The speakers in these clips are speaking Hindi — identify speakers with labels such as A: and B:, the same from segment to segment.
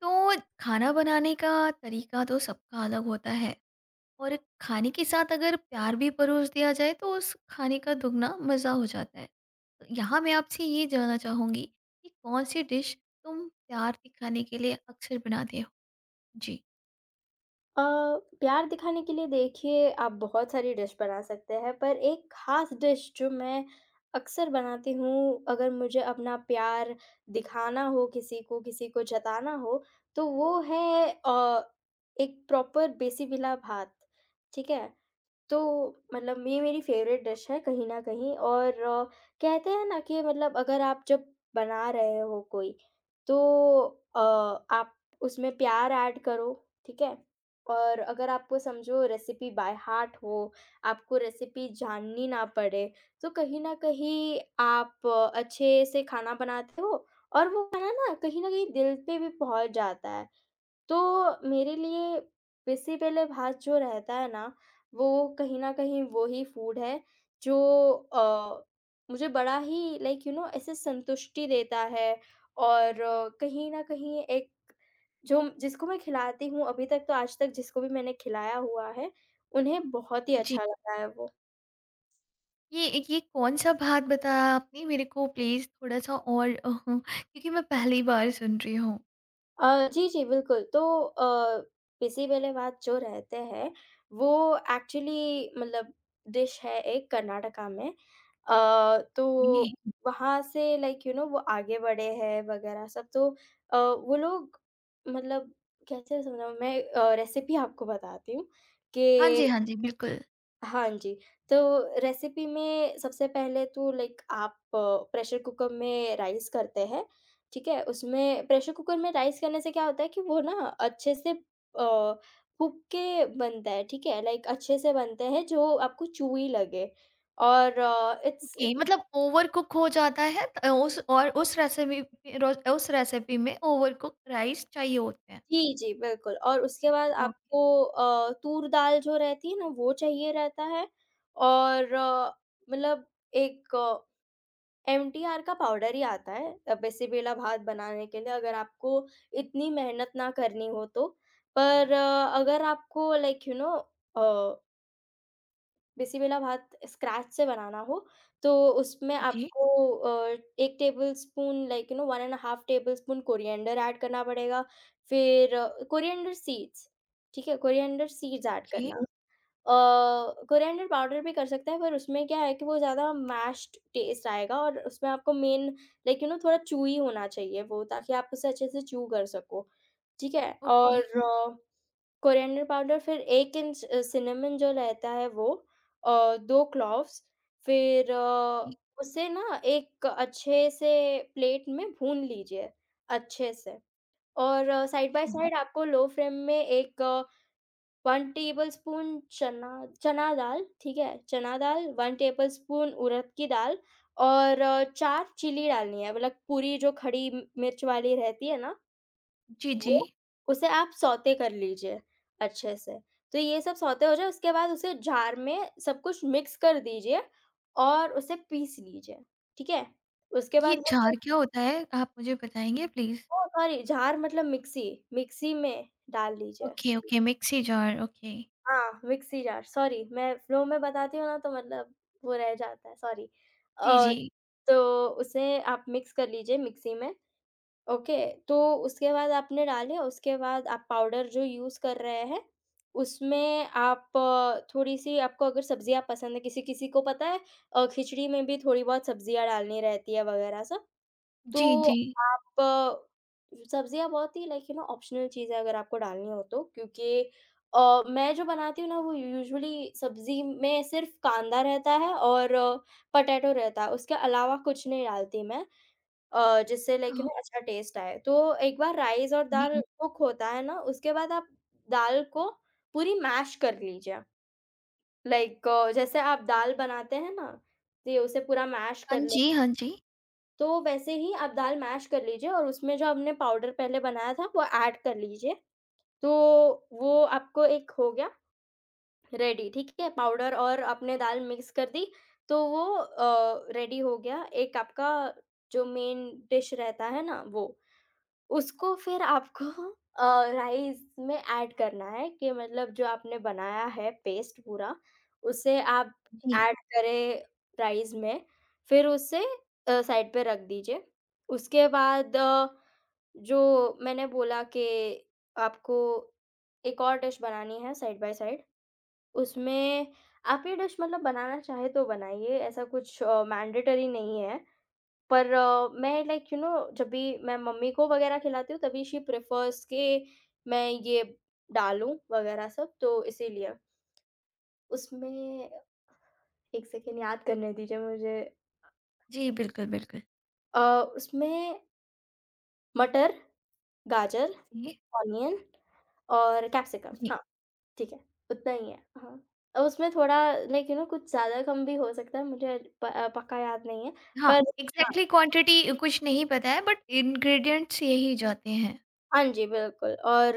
A: तो खाना बनाने का तरीका तो सबका अलग होता है। और खाने के साथ अगर प्यार भी परोस दिया जाए तो उस खाने का दुगना मज़ा हो जाता है। तो यहाँ मैं आपसे ये जानना चाहूँगी कि कौन सी डिश तुम प्यार दिखाने के लिए अक्सर बनाते हो? जी।
B: अ, प्यार दिखाने के लिए देखिए आप बहुत सारी डिश बना सकते हैं, पर एक ख़ास डिश जो मैं अक्सर बनाती हूँ अगर मुझे अपना प्यार दिखाना हो किसी को जताना हो, तो वो है एक प्रॉपर देसी विला भात, ठीक है? तो मतलब ये मेरी फ़ेवरेट डिश है कहीं न कहीं। और कहते हैं ना कि मतलब अगर आप जब बना रहे हो कोई, तो अ, आप उसमें प्यार ऐड करो, ठीक है? और अगर आपको समझो रेसिपी बाय हार्ट हो, आपको रेसिपी जाननी ना पड़े, तो कहीं न कहीं आप अच्छे से खाना बनाते हो और वो खाना ना कहीं न कहीं दिल पे भी पहुँच जाता है। तो मेरे लिए पिसी पले भात जो रहता है ना, वो कहीं न कहीं वो ही फूड है जो अ, मुझे बड़ा ही लाइक यू नो ऐसे संतुष्टि देता है। और कहीं न कहीं एक जो जिसको मैं खिलाती हूँ, अभी तक तो आज तक जिसको भी मैंने खिलाया हुआ है, उन्हें बहुत ही
A: जी,
B: अच्छा लगा है वो।
A: ये कौन सा भात बताया आपने मेरे को? प्लीज़ थोड़ा सा और, क्योंकि मैं पहली बार सुन रही हूँ
B: जी, जी, बिल्कुल। तो पिसी बेलेभात जो रहते हैं, वो एक्चुअली मतलब डिश है एक कर्नाटका में। तो
A: ये।
B: हुँ। वहाँ से लाइक यू नो वो आगे बढ़े हैं वगैरह सब। तो वो लोग मतलब कैसे समझाऊँ मैं, रेसिपी आपको बताती हूँ
A: हाँ जी,
B: कि।
A: हाँ जी, बिल्कुल।
B: हाँ जी, तो रेसिपी में सबसे पहले तो लाइक आप प्रेशर कुकर में राइस करते हैं, ठीक है? उसमें प्रेशर कुकर में राइस करने से क्या होता है कि वो ना अच्छे से फूँक के बनता है, ठीक है? लाइक अच्छे से बनते हैं जो आपको chewy लगे और इट्स
A: ओके,
B: एक।
A: मतलब ओवरकुक हो जाता है त उस और उस रेसिपी रोज उस रेसिपी में ओवरकुक राइस चाहिए होते हैं।
B: जी, जी, बिल्कुल। और उसके बाद
A: ओके।
B: आपको तूर दाल जो रहती है ना, वो चाहिए रहता है। और मतलब एक एमटीआर का पाउडर ही आता है, बेसिबेला भात बनाने के लिए अगर आपको इतनी मेहनत ना करनी हो तो। पर अगर आपको like you know uh, bisi bele bath scratch से बनाना हो, तो उसमें
A: जी।
B: आपको 1 tablespoon like you know 1 and uh half tablespoon coriander add करना पड़ेगा, फिर कोरिएंडर सीड्स, ठीक है? कोरिएंडर सीड्स ऐड
A: ओके,
B: करना। अ, कोरिएंडर पाउडर भी कर सकते हैं, पर उसमें क्या है कि वो ज़्यादा मैश्ड टेस्ट आएगा और उसमें आपको मेन लाइक यू नो थोड़ा चूई होना चाहिए वो, ताकि आप उसे अच्छे से च्यू कर सको, ठीक है?
A: ओके।
B: और कोरिएंडर पाउडर। फिर 1 इंच सिनेमन जो रहता है वो, 2 क्लॉव्स। फिर उसे ना एक अच्छे से प्लेट में भून लीजिए अच्छे से। और साइड बाय
A: अच्छा।
B: साइड आपको लो फ्लेम में एक 1 टेबलस्पून चना चना दाल, ठीक है? चना दाल, 1 टेबलस्पून उड़द की दाल और 4 चिली डालनी है, मतलब पूरी जो खड़ी म मिर्च वाली रहती है ना,
A: जी, जी।
B: वो उसे आप सौते कर लीजिए अच्छे से। तो ये सब सौते हो जाए उसके बाद उसे जार में सब कुछ मिक्स कर दीजिए और उसे पीस लीजिए, ठीक है? उसके
A: ये
B: बाद वो जो।
A: जार क्या होता है? आप मुझे बताएँगे प्लीज़?
B: Oh sorry! जार मतलब मिक्सी, मिक्सी में डाल लीजिए।
A: Okay, okay, mixie jar, okay.
B: हाँ, मिक्सी जार। सॉरी, मैं फ्लो में बताती हूँ ना तो मतलब वो रह जाता है, सॉरी।
A: जी,
B: अ,
A: जी।
B: तो उसे आप मिक्स कर लीजिए मिक्सी में, ओके। तो उसके बाद आपने डाले, उसके बाद आप पाउडर जो यूज़ कर रहे हैं, उसमें आप थोड़ी-सी, आपको अगर सब्ज़ियाँ पसंद है, किसी-किसी को पता है खिचड़ी में भी थोड़ी बहुत सब्ज़ियाँ डालनी रहती है वगैरह सब।
A: जी,
B: तो
A: जी।
B: आप सब्ज़ियाँ बहुत ही लाइक यू नो ऑप्शनल चीज़ है, अगर आपको डालनी हो तो। क्योंकि मैं जो बनाती हूँ ना, वो यूजुअली सब्ज़ी में सिर्फ़ कांदा रहता है और पोटैटो रहता है, उसके अलावा कुछ नहीं डालती मैं, जिससे लाइक यू
A: हाँ
B: नो अच्छा टेस्ट आए। तो एक बार राइस और
A: जी।
B: दाल हुँ। कुक होता है ना, उसके बाद आप दाल को पूरी मैश कर लीजिए। लाइक जैसे आप दाल बनाते हैं ना, तो ये उसे पूरा मैश
A: हाँ
B: कर,
A: जी, हाँ जी।
B: तो वैसे ही आप दाल मैश कर लीजिए और उसमें जो आपने पाउडर पहले बनाया था वो ऐड कर लीजिए। तो वो आपको एक हो गया रेडी, ठीक है? पाउडर और आपने दाल मिक्स कर दी, तो वो रेडी हो गया एक आपका, जो मेन डिश रहता है ना वो। उसको फिर आपको राइस में ऐड करना है कि मतलब जो आपने बनाया है पेस्ट पूरा, उसे आप
A: जी।
B: ऐड करें राइस में, फिर उसे साइड पे रख दीजिए। उसके बाद जो मैंने बोला कि आपको एक और डिश बनानी है साइड बाय साइड, उसमें आप ये डिश मतलब बनाना चाहे तो बनाइए, ऐसा कुछ मैंडेटरी नहीं है। पर मैं लाइक यू नो जब भी मैं मम्मी को वगैरह खिलाती हूँ, तभी शी प्रेफर्स के मैं ये डालूँ वगैरह सब, तो इसीलिए। उसमें 1 सेकंड याद करने दीजिए मुझे।
A: जी, बिल्कुल, बिल्कुल।
B: अ, उसमें मटर, गाजर,
A: जी,
B: ऑनियन और कैप्सिकम,
A: जी।
B: हाँ, ठीक है, उतना ही है, हाँ। उसमें थोड़ा लाइक यू नो कुछ ज़्यादा कम भी हो सकता है, मुझे पक्का याद नहीं है
A: हाँ,
B: पर हाँ।
A: एग्ज़ैक्टली क्वांटिटी कुछ नहीं पता है बट इंग्रीडिएंट्स यही जाते हैं।
B: हाँ जी, बिल्कुल। और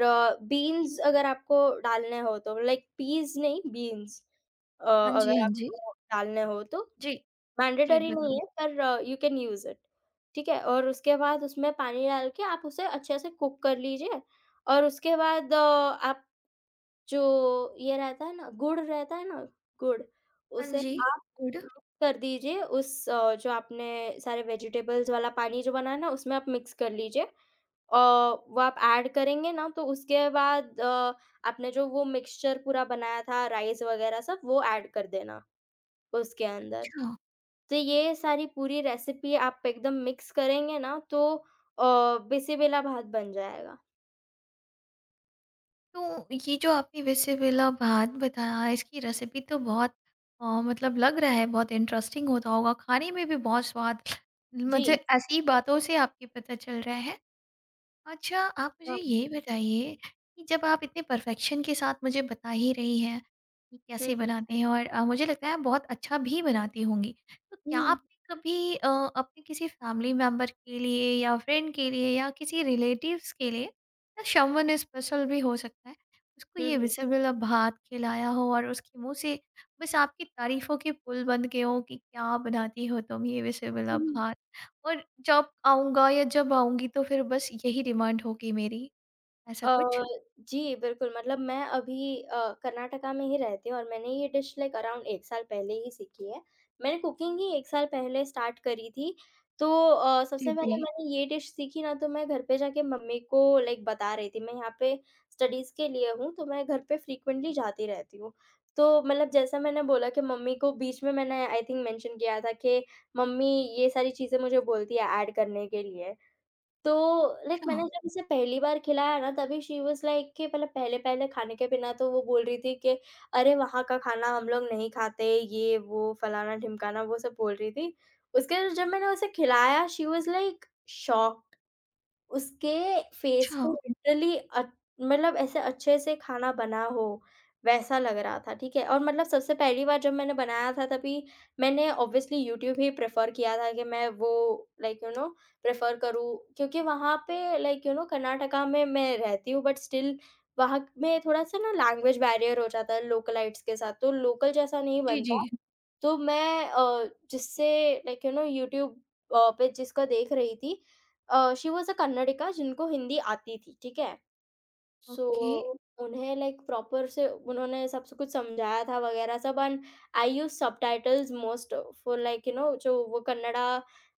B: बीन्स अगर आपको डालने हो तो, लाइक पीज़ नहीं बीन्स,
A: हाँ जी,
B: अगर
A: हाँ जी।
B: आपको डालने हो तो
A: जी। जी,
B: मैंडेटरी
A: बिल्कुल।
B: नहीं है, पर यू कैन यूज़ इट, ठीक है? और उसके बाद उसमें पानी डाल के आप उसे अच्छे से कुक कर लीजिए। और उसके बाद आप जो ये रहता है ना, गुड़ रहता है ना, गुड़,
A: हाँ
B: उसे
A: जी,
B: हुँ। आप
A: गुड।
B: मिक्स कर दीजिए। उस जो आपने सारे वेजिटेबल्स वाला पानी जो बनाया ना, उसमें आप मिक्स कर लीजिए। वो आप ऐड करेंगे ना, तो उसके बाद आपने जो वो मिक्सचर पूरा बनाया था राइस वगैरह सब, वो ऐड कर देना उसके अंदर।
A: अच्छा।
B: तो ये सारी पूरी रेसिपी आप एकदम मिक्स करेंगे ना, तो बिसिबेला भात बन जाएगा।
A: तो ये जो आपने वेसिबेला भात बताया, इसकी रेसिपी तो बहुत, मतलब लग रहा है बहुत इंटरेस्टिंग होता होगा, खाने में भी बहुत स्वाद। मुझे
B: जी।
A: ऐसी ही बातों से आपके पता चल रहा है। अच्छा, आप मुझे
B: अच्छा।
A: ये बताइए कि जब आप इतने परफेक्शन के साथ मुझे बता ही रही हैं कि
B: हुँ,
A: कैसे
B: हुँ।
A: बनाते हैं, और मुझे लगता है आप बहुत अच्छा भी बनाती होंगी। तो क्या
B: हुँ।
A: आपने कभी, अपने किसी फैमिली मेंबर के लिए या फ्रेंड के लिए या किसी रिलेटिव्स के लिए या समवन स्पेशल भी हो सकता है, उसको ये
B: हुँ,
A: विजिबल आप भात खिलाया हो और उसके मुँह से बस आपकी तारीफ़ों के पुल बन गए हों कि क्या बनाती हो तुम ये विजिबल
B: हुँ।
A: भात? और जब आऊँगा या जब आऊँगी तो फिर बस यही डिमांड होगी मेरी, ऐसा
B: अ,
A: कुछ?
B: जी, बिल्कुल। मतलब मैं अभी कर्नाटका में ही रहती हूँ और मैंने ये डिश लाइक अराउंड 1 साल पहले ही सीखी है। मैंने कुकिंग ही 1 साल पहले स्टार्ट करी थी। तो
A: जी,
B: सबसे पहले
A: जी।
B: मैंने ये डिश सीखी ना, तो मैं घर पे जाके मम्मी को लाइक बता रही थी। मैं यहाँ पे स्टडीज़ के लिए हूँ, तो मैं घर पे फ्रीक्वेंटली जाती रहती हूँ। तो मतलब जैसा मैंने बोला कि मम्मी को बीच में मैंने आई थिंक मेंशन किया था कि मम्मी ये सारी चीज़ें मुझे बोलती है ऐड करने के लिए। तो लाइक मैंने
A: अच्छा,
B: जब उसे पहली बार खिलाया ना, तभी शी वाज़ लाइक कि मतलब पहले-पहले खाने के बिना तो वो बोल रही थी कि अरे वहाँ का खाना हम लोग नहीं खाते, ये वो फलाना-ढिमकाना वो सब बोल रही थी। उसके बाद जब मैंने उसे खिलाया शी वाज़ लाइक शॉक्ड। उसके फेस
A: अच्छा।
B: पे लिटरली मतलब ऐसे अच्छे से खाना बना हो, वैसा लग रहा था, ठीक है? और मतलब सबसे पहली बार जब मैंने बनाया था, तभी मैंने ऑब्वियसली यूट्यूब ही प्रेफ़र किया था कि मैं वो लाइक यू नो प्रेफ़र करूँ, क्योंकि वहाँ पे लाइक यू नो कर्नाटका में मैं रहती हूँ बट स्टिल वहाँ में थोड़ा-सा ना लैंग्वेज बैरियर हो जाता है लोकलाइट्स के साथ, तो लोकल जैसा नहीं
A: जी,
B: बनता।
A: जी।
B: तो मैं जिससे लाइक यू नो यूट्यूब पे जिसको देख रही थी, शी वाज़ अ कन्नडिका जिनको हिंदी आती थी, ठीक है? So
A: okay.
B: उन्हें लाइक प्रॉपर से उन्होंने सब कुछ समझाया था वगैरह सब। And I use subtitles most for like you know जो वो कन्नड़ा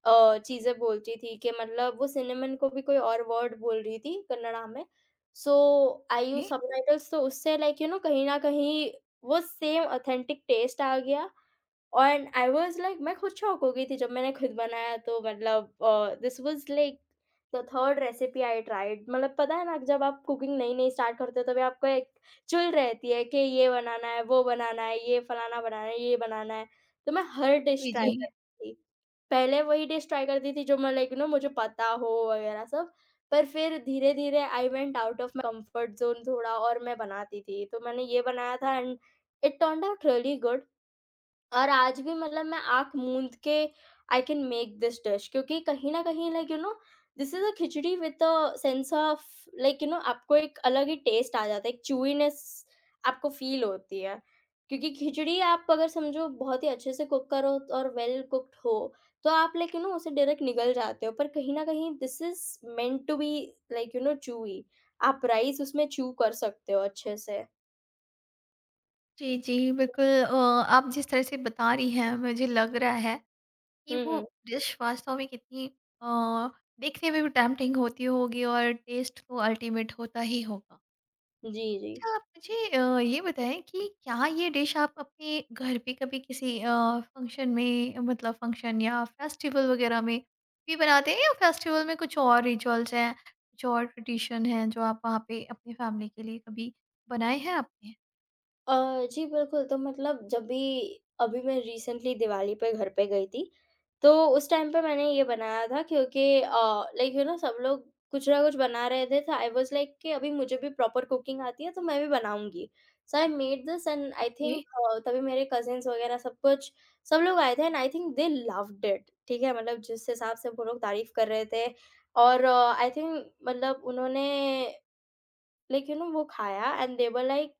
B: चीज़ें बोलती थी कि मतलब वो सिनेमन को भी कोई और वर्ड बोल रही थी कन्नड़ा में। So I
A: okay.
B: Use subtitles, तो उससे लाइक यू नो कहीं न कहीं वो सेम ऑथेंटिक टेस्ट आ गया। एंड आई वाज़ लाइक मैं खुद शॉक हो गई थी जब मैंने खुद बनाया, तो मतलब this was like the third recipe I tried. मतलब पता है ना, जब आप कुकिंग नई-नई स्टार्ट करते हो तभी आपको एक चुल रहती है कि ये बनाना है, वो बनाना है, ये फलाना बनाना है, ये बनाना है। तो मैं हर डिश
A: जी,
B: ट्राई हुँ।
A: जी।
B: करती थी। पहले वही डिश ट्राई करती थी जो मैं लाइक यू नो मुझे पता हो वगैरह सब, पर फिर धीरे-धीरे I went out of my comfort zone थोड़ा, और मैं बनाती थी। तो मैंने ये बनाया था and it turned out really good. और आज भी मतलब मैं आँख मूंद के I can make this dish, क्योंकि कहीं न कहीं like you know this is a khichdi with a sense of like you know, आपको एक अलग ही टेस्ट आ जाता है, एक च्यूइनेस आपको फ़ील होती है। क्योंकि खिचड़ी आप अगर समझो बहुत ही अच्छे से कुक करो और वेल कुक्ड हो, तो आप लाइक यू नो उसे डायरेक्ट निगल जाते हो, पर कहीं न कहीं this is meant to be like you know chewy. आप राइस उसमें च्यू कर सकते हो अच्छे से।
A: जी, जी, बिल्कुल। आप जिस तरह से बता रही हैं, मुझे लग रहा है कि
B: हुँ,
A: वो
B: हुँ।
A: डिश वास्तव में कितनी, अ, देखने में भी टेम्प्टिंग होती होगी, और टेस्ट तो अल्टीमेट होता ही होगा।
B: जी, जी।
A: अच्छा, आप मुझे ये बताएँ कि क्या ये डिश आप अपने घर पे कभी किसी, फंक्शन में, मतलब फंक्शन या फेस्टिवल वगैरह में भी बनाते हैं, या फेस्टिवल में कुछ और रिचुअल्स हैं, कुछ और ट्रेडिशन हैं जो आप वहाँ पे अपनी फैमिली के लिए कभी बनाए हैं आपने?
B: जी बिल्कुल, तो मतलब जब भी, अभी मैं रिसेंटली दिवाली पे घर पे गई थी, तो उस टाइम पे मैंने ये बनाया था क्योंकि लाइक यू नो सब लोग कुछ ना कुछ बना रहे थे, तो आई वाज़ लाइक कि अभी मुझे भी प्रॉपर कुकिंग आती है तो मैं भी बनाऊँगी। So I made this and I
A: okay,
B: think तभी मेरे कज़िन्स वगैरह सब कुछ सब लोग आए थे and I think they loved it, ठीक है? मतलब जिस हिसाब से वो लोग तारीफ़ कर रहे थे और आई थिंक मतलब उन्होंने लाइक यू नो वो खाया एंड दे वर लाइक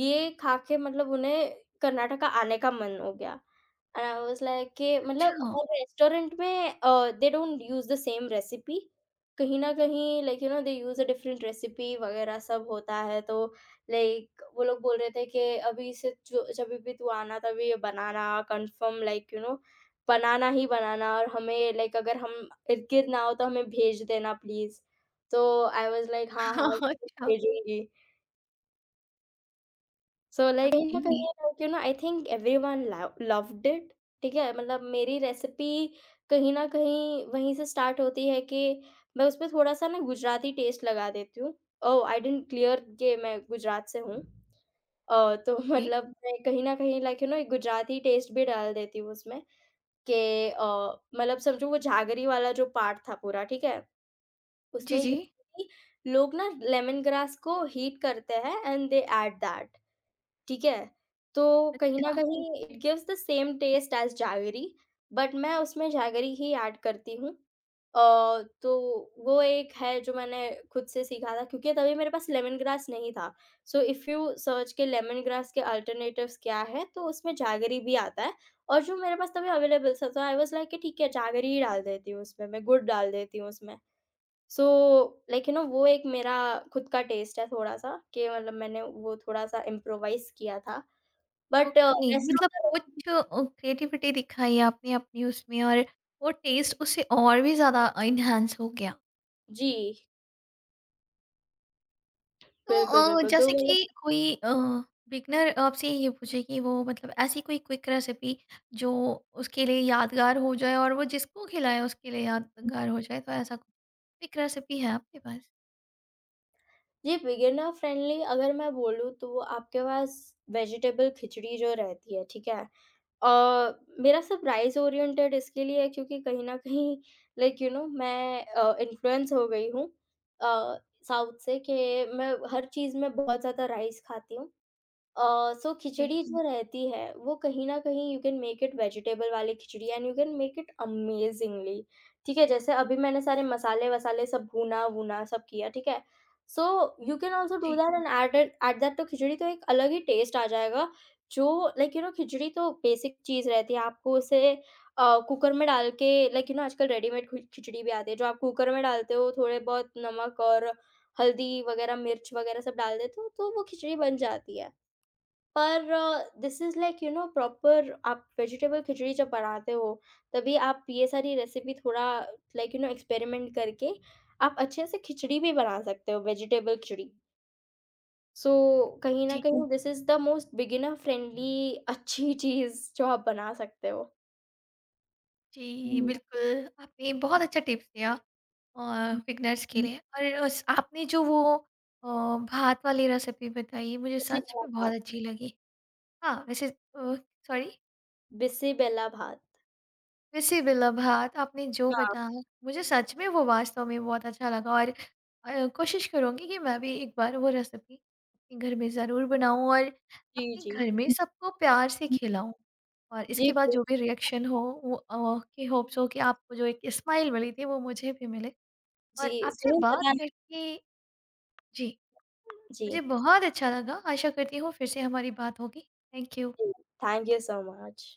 B: ये खा के मतलब उन्हें कर्नाटका आने का मन हो गया। एंड आई वाज लाइक कि
A: अच्छा।
B: मतलब हर रेस्टोरेंट में they don't use the same recipe. कहीं न कहीं like you know they use a different recipe वगैरह सब होता है, तो लाइक वो लोग बोल रहे थे कि अभी से जो जभी भी तू आना तभी ये बनाना कन्फर्म, लाइक यू नो बनाना ही बनाना, और हमें, लाइक अगर हम इर्द-गिर्द ना हो तो हमें भेज देना प्लीज़। तो आई वाज लाइक हाँ, हाँ,
A: अच्छा,
B: भेजूँगी। सो लाइक
A: ओके,
B: कहीं न
A: ओके।
B: कहीं like you know I think everyone love loved it, ठीक है? मतलब मेरी रेसिपी कहीं न कहीं वहीं से स्टार्ट होती है कि मैं उसमें थोड़ा-सा ना गुजराती टेस्ट लगा देती हूँ। ओह! आई डिडन्ट क्लियर कि मैं गुजरात से हूँ। तो मतलब मैं कहीं न कहीं लाइक यू नो एक गुजराती टेस्ट भी डाल देती हूँ उसमें, कि अ, मतलब समझो वो झागरी वाला जो पार्ट था पूरा, ठीक है?
A: जी,
B: उसमें
A: जी।
B: यूज़ुअली लोग ना लेमन ग्रास को हीट करते हैं एंड दे ऐड दैट। ठीक है? तो कहीं न
A: अच्छा,
B: कहीं it gives the same taste as jaggery, but मैं उसमें जैगरी ही ऐड करती हूँ। तो वो एक है जो मैंने खुद से सीखा था क्योंकि तभी मेरे पास लेमन ग्रास नहीं था। सो इफ यू सर्च के लेमन ग्रास के अल्टरनेटिव्स क्या है तो उसमें जैगरी भी आता है, और जो मेरे पास तभी अवेलेबल था, तो आई वाज़ लाइक कि ठीक है जैगरी ही डाल देती हूँ उसमें मैं, गुड़ डाल देती हूँ उसमें। सो लाइक यू नो वो एक मेरा खुद का टेस्ट है थोड़ा-सा, कि मतलब मैंने वो थोड़ा-सा इम्प्रोवाइज़ किया था। बट
A: ओके,
B: रेस्ट ऑफ
A: मतलब
B: द रेसिपी।
A: कुछ, क्रिएटिविटी दिखाई आपने अपनी उसमें और वो टेस्ट उससे और भी ज़्यादा एनहांस हो गया।
B: जी,
A: तो
B: बिल्कुल, बिल्कुल। तो
A: जैसे
B: मतलब
A: कि कोई, बिगनर आपसे ये पूछे कि वो मतलब ऐसी कोई क्विक रेसिपी जो उसके लिए यादगार हो जाए और वो जिसको खिलाए उसके लिए यादगार हो जाए, तो ऐसा कुछ क्विक रेसिपी है आपके पास?
B: ये बिगिनर फ्रेंडली अगर मैं बोलूँ तो आपके पास वेजिटेबल खिचड़ी जो रहती है, ठीक है? अ, मेरा सब राइस ओरिएंटेड इसके लिए है क्योंकि कहीं न कहीं लाइक यू नो मैं इन्फ्लुएंस हो गई हूँ अ, साउथ से, कि मैं हर चीज़ में बहुत ज़्यादा राइस खाती हूँ। So
A: okay.
B: खिचड़ी हुँ। जो रहती है, वो कहीं न कहीं you can make it vegetable वाली khichdi and you can make it amazingly, ठीक है? जैसे अभी मैंने सारे मसाले-वसाले सब भुना-वुना सब किया, ठीक है? So you can also do
A: जी,
B: दैट हुँ। And add it at that to khichdi, तो एक अलग ही टेस्ट आ जाएगा, जो लाइक यू नो खिचड़ी तो बेसिक चीज़ रहती है, आपको उसे कुकर में डाल के, लाइक यू नो आजकल रेडीमेड खि खिचड़ी भी आती है, जो आप कुकर में डालते हो, थोड़े बहुत नमक और हल्दी वगैरह, मिर्च वगैरह सब डाल देते हो, तो वो खिचड़ी बन जाती है। पर this is like you know proper आप वेजिटेबल खिचड़ी जब बनाते हो, तभी आप ये सारी रेसिपी थोड़ा लाइक यू नो एक्सपेरिमेंट करके आप अच्छे से खिचड़ी भी बना सकते हो, वेजिटेबल खिचड़ी। सो कहीं न हुँ।
A: जी,
B: कहीं this is the most beginner friendly अच्छी चीज़ जो आप बना सकते हो।
A: जी,
B: हुँ,
A: बिल्कुल। आपने बहुत अच्छा टिप्स दिया, और
B: हुँ,
A: बिगनर्स के
B: हुँ।
A: लिए। और उस आपने जो वो, अ, भात वाली रेसिपी बताई, मुझे सच
B: बिसिबेला
A: में बहुत
B: भात,
A: अच्छी लगी। हाँ, वैसे, अ, सॉरी?
B: बिसिबेला भात।
A: वैसे बिलभात आपने जो
B: हाँ,
A: बताया, मुझे सच में वो वास्तव में बहुत अच्छा लगा। और कोशिश करूँगी कि मैं भी एक बार वो रेसिपी अपने घर में ज़रूर बनाऊँ और
B: जी,
A: अपने
B: जी।
A: घर में
B: हुँ,
A: सबको प्यार से
B: हुँ।
A: खिलाऊँ। और
B: जी,
A: इसके बाद
B: बिल
A: जो भी रिएक्शन हो, वो, कि होप्स हो कि आपको जो एक स्माइल मिली थी वो मुझे भी मिले।
B: जी,
A: और आपसे
B: ज़रूर
A: बात
B: बताना।
A: करके, जी, मुझे
B: जी,
A: बहुत अच्छा लगा। आशा करती हूँ फिर से हमारी बात होगी। Thank you.
B: जी। Thank you so much.